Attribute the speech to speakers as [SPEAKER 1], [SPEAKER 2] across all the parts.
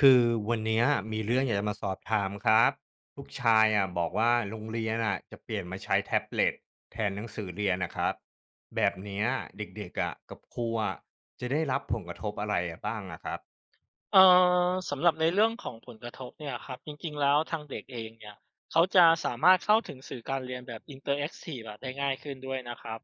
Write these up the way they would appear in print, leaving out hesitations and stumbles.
[SPEAKER 1] คือวันเนี้ยมีเรื่องอยากจะมาสอบถามครับลูกชายอ่ะบอกว่าโรงเรียนอ่ะจะเปลี่ยนมาใช้แท็บเล็ตแทนหนังสือเรียนนะครับแบบเนี้ยเด็กๆอ่ะกับครูอ่ะจะได้รับผลกระทบอะไรอะบ้างอะครับ
[SPEAKER 2] เอ่สำหรับในเรื่องของผลกระทบเนี่ยครับจริงๆแล้วทางเด็กเองเนี่ยเขาจะสามารถเข้าถึงสื่อการเรียนแบบอินเตอร์แอคทีฟอะได้ง่ายขึ้นด้วยนะครับ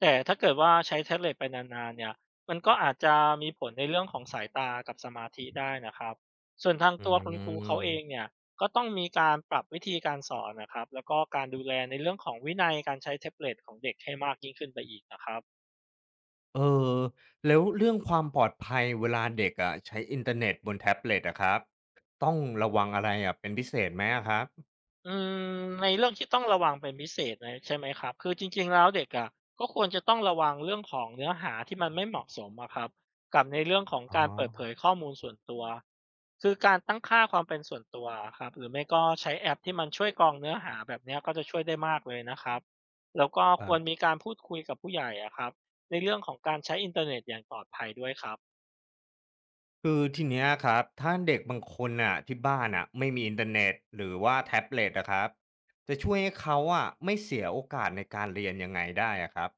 [SPEAKER 2] แต่ถ้าเกิดว่าใช้แท็บเล็ตไปนานๆเนี่ยมันก็อาจจะมีผลในเรื่องของสายตากับสมาธิได้นะครับส่วนทาง
[SPEAKER 1] อื
[SPEAKER 2] ตัวคุณครูเขาเอ
[SPEAKER 1] ม
[SPEAKER 2] งเนี่ยก็ต้องมีการปรับวิธีการสอนนะครับแล้วก็การดูแลในเรื่องของวินัยการใช้แท็บเล็ตของเด็กให้มากยิ่งขึ้นไปอีกนะครับ
[SPEAKER 1] เออแล้วเรื่องความปลอดภัยเวลาเด็กอ่ะใช้อินเทอร์เน็ตบนแท็บเล็ตอะครับต้องระวังอะไรอ่ะเป็นพิเศษไหมอะครับ
[SPEAKER 2] อืมในเรื่องที่ต้องระวังเป็นพิเศษเลยใช่ไหมครับคือจริงๆแล้วเด็กอะก็ควรจะต้องระวังเรื่องของเนื้อหาที่มันไม่เหมาะสมอะครับกับในเรื่องของ
[SPEAKER 1] อ๋อ
[SPEAKER 2] การเปิดเผยข้อมูลส่วนตัวคือการตั้งค่าความเป็นส่วนตัวอะครับหรือไม่ก็ใช้แอปที่มันช่วยกรองเนื้อหาแบบเนี้ยก็จะช่วยได้มากเลยนะครับแล้วก็
[SPEAKER 1] ค
[SPEAKER 2] ค
[SPEAKER 1] รั
[SPEAKER 2] วรมี
[SPEAKER 1] บ
[SPEAKER 2] การพูดคุยกับผู้ใหญ่อะครับในเรื่องของการใช้อินเทอร์เน็ตอย่างปลอดภัยด้วยครับ
[SPEAKER 1] คือทีเนี้ยครับถ้าเด็กบางคนน่ะที่บ้านน่ะไม่มีอินเทอร์เน็ตหรือว่าแท็บเล็ตอะครับจะช่วยให้เขาอะไม่เสียโอกาสในการเรียนยังไงได้อะครับ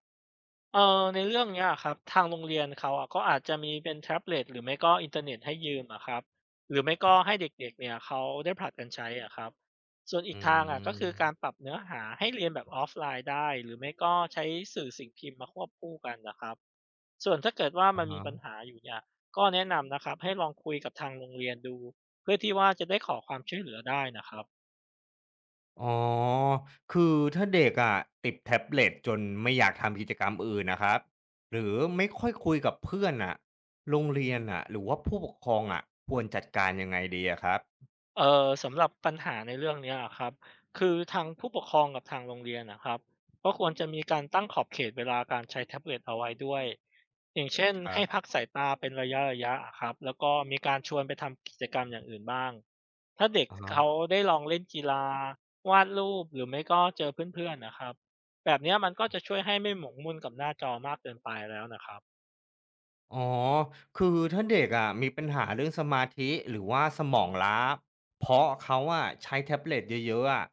[SPEAKER 2] ในเรื่องเนี้ยครับทางโรงเรียนเขาอะก็อาจจะมีเป็นแท็บเล็ตหรือไม่ก็อินเทอร์เน็ตให้ยืมอะครับหรือไม่ก็ให้เด็กๆเนี่ยเขาได้ผลัดกันใช้อะครับส่วนอี
[SPEAKER 1] อื
[SPEAKER 2] กทางอะก็คือการ
[SPEAKER 1] ม
[SPEAKER 2] ปรับเนื้อหาให้เรียนแบบออฟไลน์ได้หรือไม่ก็ใช้สื่อสิ่งพิมพ์มาควบคู่กันนะครับส่วนถ้าเกิดว่า
[SPEAKER 1] อะ
[SPEAKER 2] มันมีปัญ
[SPEAKER 1] ฮะ
[SPEAKER 2] หาอยู่เนี่ยก็แนะนำนะครับให้ลองคุยกับทางโรงเรียนดูเพื่อที่ว่าจะได้ขอความช่วยเหลือได้นะครับ
[SPEAKER 1] อ๋อคือถ้าเด็กอะติดแท็บเล็ตจนไม่อยากทำกิจกรรมอื่นน่ะครับหรือไม่ค่อยคุยกับเพื่อนน่ะโรงเรียนน่ะหรือว่าผู้ปกครองอะควรจัดการยังไงดีอะครับ
[SPEAKER 2] สำหรับปัญหาในเรื่องเนี้ยอะครับคือทางผู้ปกครองกับทางโรงเรียนนะครับก็ควรจะมีการตั้งขอบเขตเวลาการใช้แท็บเล็ตเอาไว้ด้วยอย่างเช่น
[SPEAKER 1] ครั
[SPEAKER 2] ให้พั
[SPEAKER 1] บ
[SPEAKER 2] กสายตาเป็นระยะๆอะครับแล้วก็มีการชวนไปทำกิจกรรมอย่างอื่นบ้างถ้าเด็ก
[SPEAKER 1] อะฮะ
[SPEAKER 2] เขาได้ลองเล่นกีฬาวาดรูปหรือไม่ก็เจอเพื่อนๆนะครับแบบเนี้ยมันก็จะช่วยให้ไม่หมกมุ่นกับหน้าจอมากเกินไปแล้วนะครับ
[SPEAKER 1] อ๋อ คือถ้าเด็กอะมีปัญหาเรื่องสมาธิหรือว่าสมองล้า เพราะเขาอะใช้แท็บเล็ตเยอะๆอะ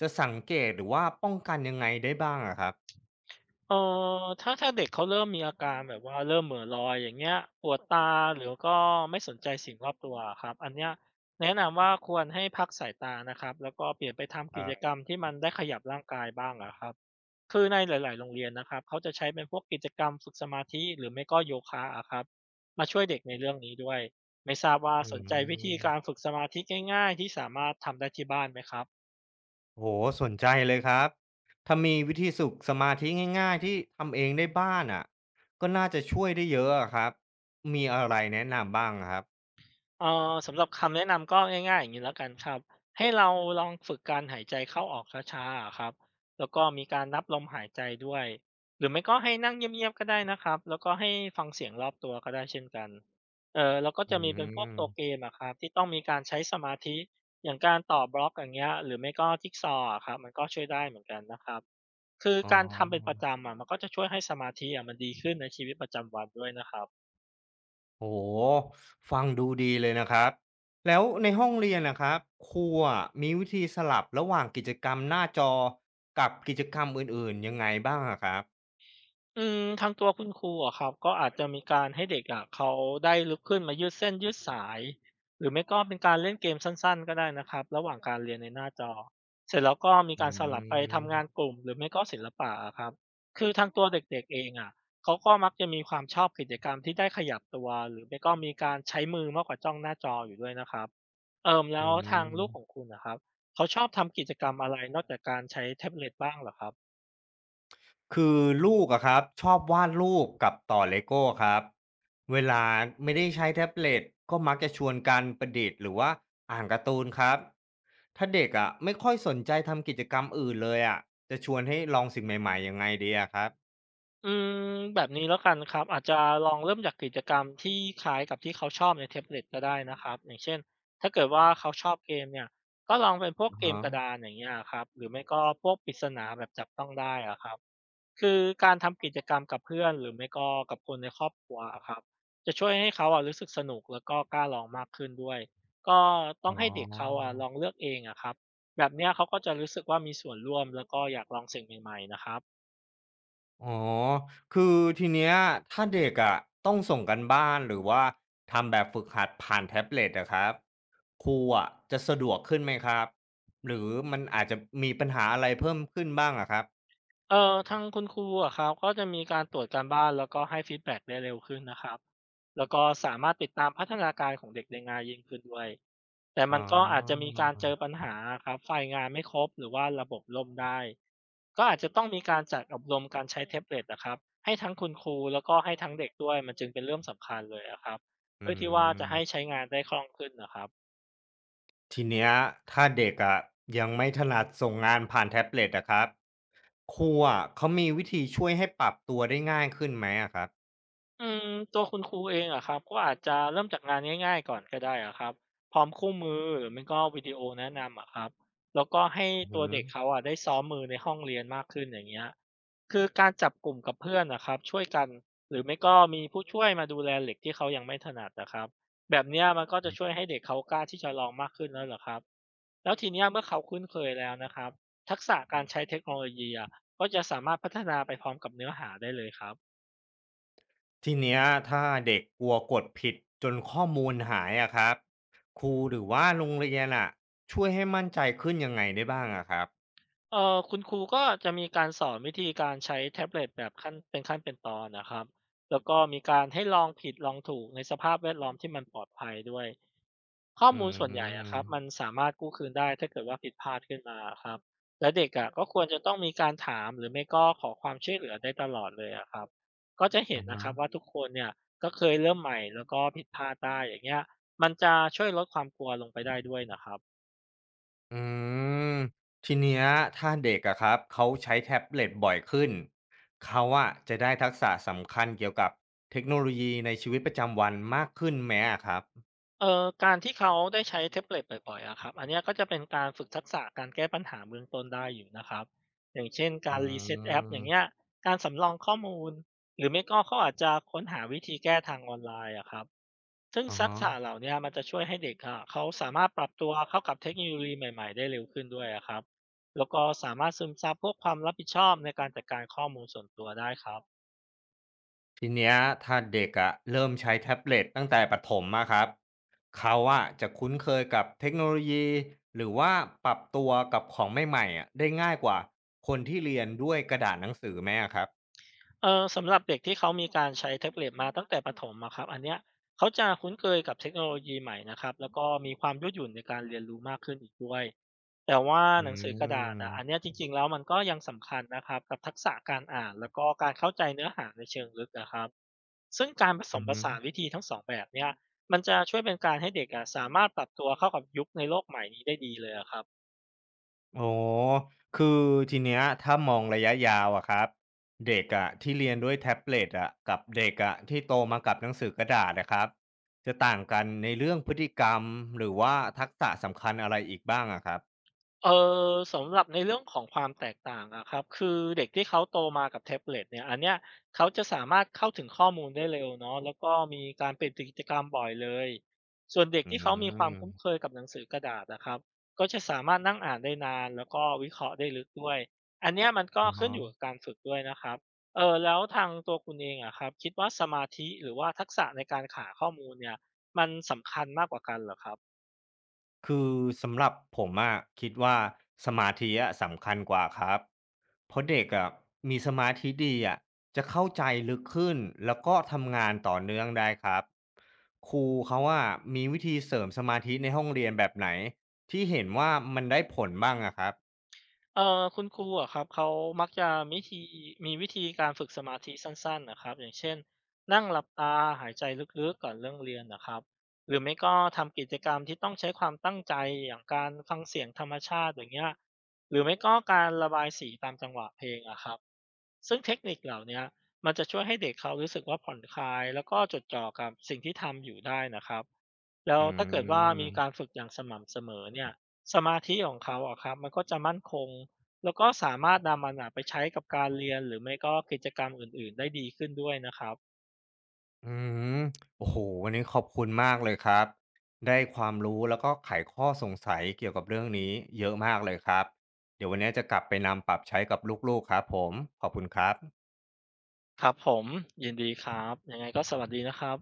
[SPEAKER 1] จะสังเกตหรือว่าป้องกันยังไงได้บ้างอะครับ
[SPEAKER 2] เอ่ถ้าเด็กเขาเริ่มมีอาการแบบว่าเริ่มเหม่อลอยอย่างเงี้ยปวดตาหรือก็ไม่สนใจสิ่งรอบตัวครับอันเนี้ยแนะนำว่าควรให้พักสายตานะครับแล้วก็เปลี่ยนไปทำ
[SPEAKER 1] ค
[SPEAKER 2] กิ
[SPEAKER 1] รั
[SPEAKER 2] จกร
[SPEAKER 1] บ
[SPEAKER 2] รมที่มันได้ขยับร่างกายบ้างอะครับคือในหลายๆโรงเรียนนะครับเขาจะใช้เป็นพวกกิจกรรมฝึกสมาธิหรือไม่ก็โยคะอะครับมาช่วยเด็กในเรื่องนี้ด้วยไม่ทราบว่า
[SPEAKER 1] อื
[SPEAKER 2] สนใจวิธี
[SPEAKER 1] ม
[SPEAKER 2] การฝึกสมาธิง่ายๆที่สามารถทำได้ที่บ้านไหมครับ
[SPEAKER 1] โอ้โสนใจเลยครับ ถ้ามีวิธีสุกสมาธิง่ายๆที่ทำเองได้บ้านอะก็น่าจะช่วยได้เยอะอะครับ มีอะไรแนะนำบ้างอะครับ
[SPEAKER 2] สำหรับคำแนะนำก็ง่ายๆอย่างนี้แล้วกันครับให้เราลองฝึกการหายใจเข้าออกช้าๆอะครับแล้วก็มีการนับลมหายใจด้วยหรือไม่ก็ให้นั่งเงียบๆก็ได้นะครับแล้วก็ให้ฟังเสียงรอบตัวก็ได้เช่นกันเออแล้วก็
[SPEAKER 1] อื
[SPEAKER 2] จะมีเป็นพวก
[SPEAKER 1] ม
[SPEAKER 2] ตัวเกมอะครับที่ต้องมีการใช้สมาธิอย่างการต่อบล็อกอย่างเงี้ยหรือไม่ก็จิกซอว์อะครับมันก็ช่วยได้เหมือนกันนะครับคือ
[SPEAKER 1] อ๋อ
[SPEAKER 2] การทำเป็นประจำอะมันก็จะช่วยให้สมาธิอะมันดีขึ้นในชีวิตประจำวันด้วยนะครับ
[SPEAKER 1] โอ้โฮฟังดูดีเลยนะครับแล้วในห้องเรียนนะครับครูอะมีวิธีสลับระหว่างกิจกรรมหน้าจอกับกิจกรรมอื่นๆยังไงบ้างอะครับ
[SPEAKER 2] อืมทางตัวคุณครูอะครับก็อาจจะมีการให้เด็กอะเขาได้ลุกขึ้นมายืดเส้นยืดสายหรือไม่ก็เป็นการเล่นเกมสั้นๆก็ได้นะครับระหว่างการเรียนในหน้าจอเสร็จแล้วก็มี
[SPEAKER 1] อื
[SPEAKER 2] การสลับไปทำงา
[SPEAKER 1] ม
[SPEAKER 2] นกลุ่มหรือไม่ก็ศิลปะอะครับคือทางตัวเด็กๆเองอะเขาก็มักจะมีความชอบกิจกรรมที่ได้ขยับตัวหรือไม่ก็มีการใช้มือมากกว่าจ้องหน้าจออยู่ด้วยนะครับเอ่ม
[SPEAKER 1] อื
[SPEAKER 2] แล้วทางลูกของ
[SPEAKER 1] ม
[SPEAKER 2] คุณนะครับเขาชอบทำกิจกรรมอะไรนอกจากการใช้แท็บเล็ตบ้างเหรอครับ
[SPEAKER 1] คือลูกอะครับชอบวาดรูปกับต่อเลโก้ครับเวลาไม่ได้ใช้แท็บเล็ตก็มักจะชวนกันประดิษฐ์หรือว่าอ่านการ์ตูนครับถ้าเด็กอะไม่ค่อยสนใจทำกิจกรรมอื่นเลยอะจะชวนให้ลองสิ่งใหม่ๆยังไงดีอะครับ
[SPEAKER 2] อืแบบนี้แล้วกันครับอาจจะลองเริ่มจากกิจกรรมที่คล้ายกับที่เขาชอบในแท็บเล็ตก็ได้นะครับอย่างเช่นถ้าเกิดว่าเขาชอบเกมเนี่ยก็ลองเป็นพวกเกมกระดานอย่างเงี้ยครับหรือไม่ก็พวกปริศนาแบบจับต้องได้อะครับคือการทำกิจกรรมกับเพื่อนหรือไม่ก็กับคนในครอบครัวอะครับจะช่วยให้เขาอะรู้สึกสนุกแล้วก็กล้าลองมากขึ้นด้วยก็ต้อ
[SPEAKER 1] อ๋
[SPEAKER 2] ง
[SPEAKER 1] อ
[SPEAKER 2] ให้เด็กเขาอะลองเลือกเองอะครับแบบเนี้ยเขาก็จะรู้สึกว่ามีส่วนร่วมแล้วก็อยากลองสิ่งใหม่ๆนะครับ
[SPEAKER 1] อ๋อคือทีเนี้ยถ้าเด็กอะต้องส่งกันบ้านหรือว่าทำแบบฝึกหัดผ่านแท็บเล็ตอะครับครูอะจะสะดวกขึ้นไหมครับหรือมันอาจจะมีปัญหาอะไรเพิ่มขึ้นบ้างอะครับ
[SPEAKER 2] ทางคุณครูอะครับก็จะมีการตรวจการบ้านแล้วก็ให้ฟีดแบ็กได้เร็วขึ้นนะครับแล้วก็สามารถติดตามพัฒนาการของเด็กได้ง่ายยิ่งขึ้นด้วยแต่
[SPEAKER 1] อ๋
[SPEAKER 2] มั
[SPEAKER 1] อ
[SPEAKER 2] นก็อาจจะมีการเจอปัญหาครับไฟล์งานไม่ครบหรือว่าระบบล่มได้ก็อาจจะต้องมีการจัดอบรมการใช้แท็บเล็ตนะครับให้ทั้งคุณครูแล้วก็ให้ทั้งเด็กด้วยมันจึงเป็นเรื่องสำคัญเลยอะครับ
[SPEAKER 1] อื
[SPEAKER 2] เพื่อที่ว่าจะให้ใช้
[SPEAKER 1] ม
[SPEAKER 2] งานได้คล่องขึ้นนะครับ
[SPEAKER 1] ทีเนี้ยถ้าเด็กอะยังไม่ถนัดส่งงานผ่านแท็บเล็ตอะครับครูอะเขามีวิธีช่วยให้ปรับตัวได้ง่ายขึ้นไหมอะครับ
[SPEAKER 2] อืมตัวคุณครูเองอะครับก็อาจจะเริ่มจากงานง่ายๆก่อนก็ได้อะครับพร้อมคู่มือหรือไม่ก็วิดีโอแนะนำอะครับแล้วก็ให้
[SPEAKER 1] อื
[SPEAKER 2] ตัวเด็ก
[SPEAKER 1] ม
[SPEAKER 2] เขาอะได้ซ้อมมือในห้องเรียนมากขึ้นอย่างเงี้ยคือการจับกลุ่มกับเพื่อนนะครับช่วยกันหรือไม่ก็มีผู้ช่วยมาดูแลเหล็กที่เขายังไม่ถนัดนะครับแบบเนี้ยมันก็จะช่วยให้เด็กเขากล้าที่จะลองมากขึ้นแล้วเหรอครับแล้วทีเนี้ยเมื่อเขาคุ้นเคยแล้วนะครับทักษะการใช้เทคโนโลยีอะก็จะสามารถพัฒนาไปพร้อมกับเนื้อหาได้เลยครับ
[SPEAKER 1] ทีเนี้ยถ้าเด็กกลัวกดผิดจนข้อมูลหายอะครับครูหรือว่าโรงเรียนอะช่วยให้มั่นใจขึ้นยังไงได้บ้างอะครับ
[SPEAKER 2] คุณครูก็จะมีการสอนวิธีการใช้แท็บเล็ตแบบขั้นเป็นขั้นเป็นตอนนะครับแล้วก็มีการให้ลองผิดลองถูกในสภาพแวดล้อมที่มันปลอดภัยด้วยข้อ
[SPEAKER 1] อื
[SPEAKER 2] มูลส่วนใหญ่อะครั
[SPEAKER 1] ม
[SPEAKER 2] บมันสามารถกู้คืนได้ถ้าเกิดว่าผิดพลาดขึ้นมาครับและเด็กอะก็ควรจะต้องมีการถามหรือไม่ก็ขอความช่วยเหลือได้ตลอดเลยอะครับก็จะเห็น
[SPEAKER 1] อ่า
[SPEAKER 2] นะ
[SPEAKER 1] ฮะ
[SPEAKER 2] ครับว่าทุกคนเนี่ยก็เคยเริ่มใหม่แล้วก็ผิดพลาดได้อย่างเงี้ยมันจะช่วยลดความกลัวลงไปได้ด้วยนะครับ
[SPEAKER 1] อืมทีเนี้ยถ้าเด็กอะครับเขาใช้แท็บเล็ตบ่อยขึ้นเขาอะจะได้ทักษะสำคัญเกี่ยวกับเทคโนโลยีในชีวิตประจำวันมากขึ้นไหมอะครับ
[SPEAKER 2] การที่เขาได้ใช้แท็บเล็ตบ่อยๆอะครับอันเนี้ยก็จะเป็นการฝึกทักษะการแก้ปัญหาเบื้องต้นได้อยู่นะครับอย่างเช่น
[SPEAKER 1] อื
[SPEAKER 2] การ reset แอปอย่างเงี้ย
[SPEAKER 1] ม
[SPEAKER 2] การสำรองข้อมูลหรือไม่ก็เขาอาจจะค้นหาวิธีแก้ทางออนไลน์อะครับซึ่ง
[SPEAKER 1] อ่า
[SPEAKER 2] ทัก
[SPEAKER 1] ฮะ
[SPEAKER 2] ษะเหล่าเนี้ยมันจะช่วยให้เด็กอะเขาสามารถปรับตัวเข้ากับเทคโนโลยีใหม่ๆได้เร็วขึ้นด้วยอะครับแล้วก็สามารถซึมซับพวกความรับผิดชอบในการจัดการข้อมูลส่วนตัวได้ครับ
[SPEAKER 1] ทีเนี้ยถ้าเด็กอะเริ่มใช้แท็บเล็ตตั้งแต่ประถมอะครับเขาอะจะคุ้นเคยกับเทคโนโลยีหรือว่าปรับตัวกับของใหม่ๆอะได้ง่ายกว่าคนที่เรียนด้วยกระดาษหนังสือไหมอะครับ
[SPEAKER 2] เออสำหรับเด็กที่เขามีการใช้แท็บเล็ตมาตั้งแต่ประถมอะครับอันเนี้ยเขาจะคุ้นเคยกับเทคโนโลยีใหม่นะครับแล้วก็มีความยืดหยุ่นในการเรียนรู้มากขึ้นอีกด้วยแต่ว่า
[SPEAKER 1] อื
[SPEAKER 2] หนังสือกระดาษอะอันเนี้ย
[SPEAKER 1] ม
[SPEAKER 2] จริงๆแล้วมันก็ยังสำคัญนะครับกับทักษะการอ่านแล้วก็การเข้าใจเนื้อหาในเชิงลึกนะครับซึ่งการผส
[SPEAKER 1] อือ
[SPEAKER 2] มผ
[SPEAKER 1] ฮึ
[SPEAKER 2] สานวิธีทั้งสองแบบเนี้ยมันจะช่วยเป็นการให้เด็กอะสามารถปรับตัวเข้ากับยุคในโลกใหม่นี้ได้ดีเลยอะครับ
[SPEAKER 1] โอ้คือทีเนี้ยถ้ามองระยะยาวอะครับเด็กอะที่เรียนด้วยแท็บเล็ตอะกับเด็กอะที่โตมากับหนังสือกระดาษนะครับจะต่างกันในเรื่องพฤติกรรมหรือว่าทักษะสำคัญอะไรอีกบ้างอะครับ
[SPEAKER 2] เออสำหรับในเรื่องของความแตกต่างอะครับคือเด็กที่เขาโตมากับแท็บเล็ตเนี่ยอันเนี้ยเขาจะสามารถเข้าถึงข้อมูลได้เร็วเนาะแล้วก็มีการเปลี่ยนกิจกรรมบ่อยเลยส่วนเด็ก
[SPEAKER 1] อื
[SPEAKER 2] ที่เขามีความคุ้น
[SPEAKER 1] ม
[SPEAKER 2] เคยกับหนังสือกระดาษนะครับก็จะสามารถนั่งอ่านได้นานแล้วก็วิเคราะห์ได้ลึกด้วยอันเนี้ยมันก็
[SPEAKER 1] อะ
[SPEAKER 2] ขึ้น
[SPEAKER 1] ฮะ
[SPEAKER 2] อยู่กับการฝึกด้วยนะครับเออแล้วทางตัวคุณเองอะครับคิดว่าสมาธิหรือว่าทักษะในการหาข้อมูลเนี่ยมันสำคัญมากกว่ากันเหรอครับ
[SPEAKER 1] คือสำหรับผมอะคิดว่าสมาธิอะสำคัญกว่าครับ เพราะเด็กอะมีสมาธิดีอะจะเข้าใจลึกขึ้นแล้วก็ทำงานต่อเนื่องได้ครับครูเขาอะมีวิธีเสริมสมาธิในห้องเรียนแบบไหนที่เห็นว่ามันได้ผลบ้างอะครับ
[SPEAKER 2] คุณครูอะครับเขามักจะมีวิธีการฝึกสมาธิสั้นๆนะครับอย่างเช่นนั่งหลับตาหายใจลึกๆก่อนเรื่องเรียนนะครับหรือไม่ก็ทำกิจกรรมที่ต้องใช้ความตั้งใจอย่างการฟังเสียงธรรมชาติอย่างเงี้ยหรือไม่ก็การระบายสีตามจังหวะเพลงอะครับซึ่งเทคนิคเหล่าเนี้ยมันจะช่วยให้เด็กเขารู้สึกว่าผ่อนคลายแล้วก็จดจ่อกับสิ่งที่ทำอยู่ได้นะครับ แล้
[SPEAKER 1] อื
[SPEAKER 2] วถ้าเกิดว่ามี
[SPEAKER 1] ม
[SPEAKER 2] การฝึกอย่างสม่ำเสมอเนี่ยสมาธิของเขาอะครับมันก็จะมั่นคงแล้วก็สามารถนำมันอะไปใช้กับการเรียนหรือไม่ก็กิจกรรมอื่นๆได้ดีขึ้นด้วยนะครับ
[SPEAKER 1] อืมโอ้โหวันนี้ขอบคุณมากเลยครับได้ความรู้แล้วก็ไขข้อสงสัยเกี่ยวกับเรื่องนี้เยอะมากเลยครับเดี๋ยววันนี้จะกลับไปนำปรับใช้กับลูกๆครับผมขอบคุณครับ
[SPEAKER 2] ครับผมยินดีครับยังไงก็สวัสดีนะครับ